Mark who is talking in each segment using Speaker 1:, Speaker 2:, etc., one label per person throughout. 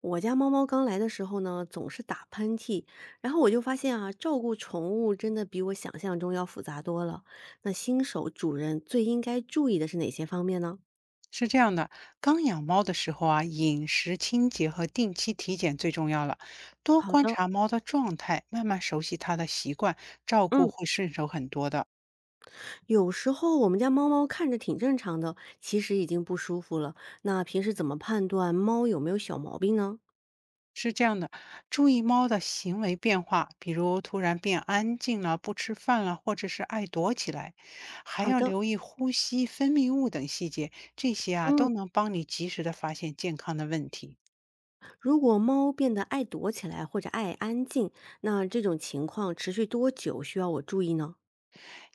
Speaker 1: 我家猫猫刚来的时候呢，总是打喷嚏，然后我就发现啊，照顾宠物真的比我想象中要复杂多了。那新手主人最应该注意的是哪些方面呢？
Speaker 2: 是这样的，刚养猫的时候啊，饮食清洁和定期体检最重要了。多
Speaker 1: 好
Speaker 2: 观
Speaker 1: 的。
Speaker 2: 察猫的状态，慢慢熟悉它的习惯，照顾
Speaker 1: 嗯，
Speaker 2: 会顺手很多的。
Speaker 1: 有时候我们家猫猫看着挺正常的，其实已经不舒服了。那平时怎么判断猫有没有小毛病呢？
Speaker 2: 是这样的，注意猫的行为变化，比如突然变安静了、不吃饭了，或者是爱躲起来，还
Speaker 1: 好
Speaker 2: 要
Speaker 1: 的。
Speaker 2: 留意呼吸、分泌物等细节，这些啊
Speaker 1: 嗯，
Speaker 2: 都能帮你及时的发现健康的问题。
Speaker 1: 如果猫变得爱躲起来或者爱安静，那这种情况持续多久需要我注意呢？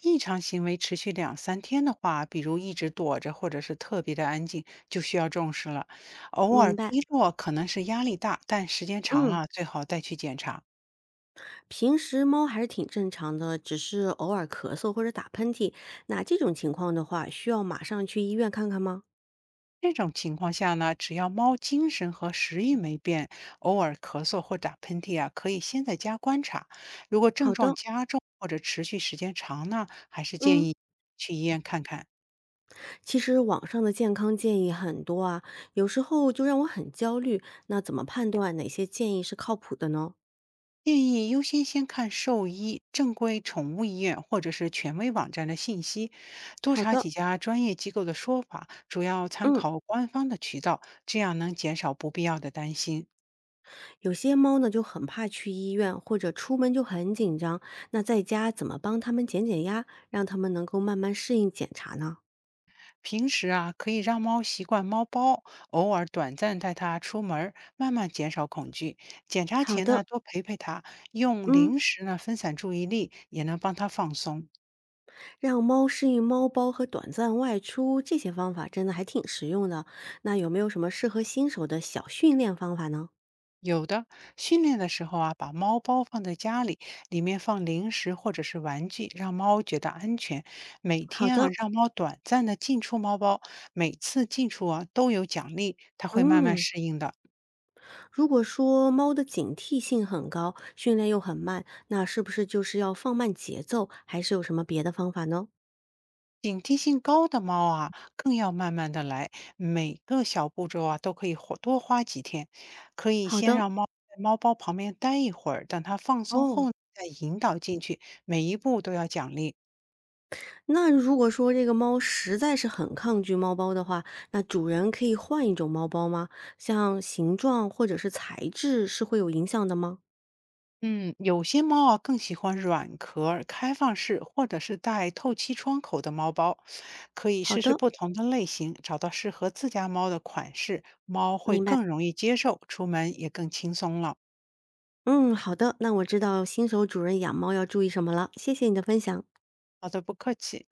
Speaker 2: 异常行为持续两三天的话，比如一直躲着或者是特别的安静，就需要重视了。偶尔
Speaker 1: 明白。
Speaker 2: 低落可能是压力大，但时间长
Speaker 1: 嗯，
Speaker 2: 了最好带去检查。
Speaker 1: 平时猫还是挺正常的，只是偶尔咳嗽或者打喷嚏。那这种情况的话，需要马上去医院看看吗？
Speaker 2: 这种情况下呢，只要猫精神和食欲没变，偶尔咳嗽或打喷嚏啊，可以先在家观察。如果症
Speaker 1: 好
Speaker 2: 状
Speaker 1: 的。
Speaker 2: 加重或者持续时间长呢，还是建
Speaker 1: 嗯，
Speaker 2: 议去医院看看。
Speaker 1: 其实网上的健康建议很多啊，有时候就让我很焦虑。那怎么判断哪些建议是靠谱的呢？
Speaker 2: 建议优先先看兽医、正规宠物医院或者是权威网站的信息，多
Speaker 1: 好
Speaker 2: 查几
Speaker 1: 的。
Speaker 2: 家专业机构的说法，主要参
Speaker 1: 嗯，
Speaker 2: 考官方的渠道，这样能减少不必要的担心。
Speaker 1: 有些猫呢就很怕去医院，或者出门就很紧张。那在家怎么帮它们减减压，让它们能够慢慢适应检查呢？
Speaker 2: 平时啊，可以让猫习惯猫包，偶尔短暂带它出门儿慢慢减少恐惧。检查
Speaker 1: 好
Speaker 2: 前
Speaker 1: 的。
Speaker 2: 呢，多陪陪它，用
Speaker 1: 嗯。
Speaker 2: 零食呢分散注意力，也能帮它放松。
Speaker 1: 让猫适应猫包和短暂外出，这些方法真的还挺实用的。那有没有什么适合新手的小训练方法呢？
Speaker 2: 有的，训练的时候啊，把猫包放在家里，里面放零食或者是玩具，让猫觉得安全。每
Speaker 1: 好
Speaker 2: 天啊，
Speaker 1: 的。
Speaker 2: 让猫短暂的进出猫包，每次进出啊都有奖励，它会慢慢
Speaker 1: 嗯，
Speaker 2: 适应的。
Speaker 1: 如果说猫的警惕性很高，训练又很慢，那是不是就是要放慢节奏？还是有什么别的方法呢？
Speaker 2: 警惕性高的猫啊，更要慢慢的来，每个小步骤啊都可以花花几天。可以
Speaker 1: 好
Speaker 2: 先
Speaker 1: 的。
Speaker 2: 让猫在猫包旁边待一会儿，等它放松后
Speaker 1: 哦，
Speaker 2: 呢再引导进去，每一步都要奖励。
Speaker 1: 那如果说这个猫实在是很抗拒猫包的话，那主人可以换一种猫包吗？像形状或者是材质是会有影响的吗？
Speaker 2: 嗯，有些猫啊更喜欢软壳、开放式或者是带透气窗口的猫包，可以
Speaker 1: 好
Speaker 2: 试试
Speaker 1: 的，
Speaker 2: 不同的类型，找到适合自家猫的款式，猫会
Speaker 1: 明白。
Speaker 2: 更容易接受，出门也更轻松了。
Speaker 1: 嗯，好的，那我知道新手主人养猫要注意什么了，谢谢你的分享。
Speaker 2: 好的，不客气。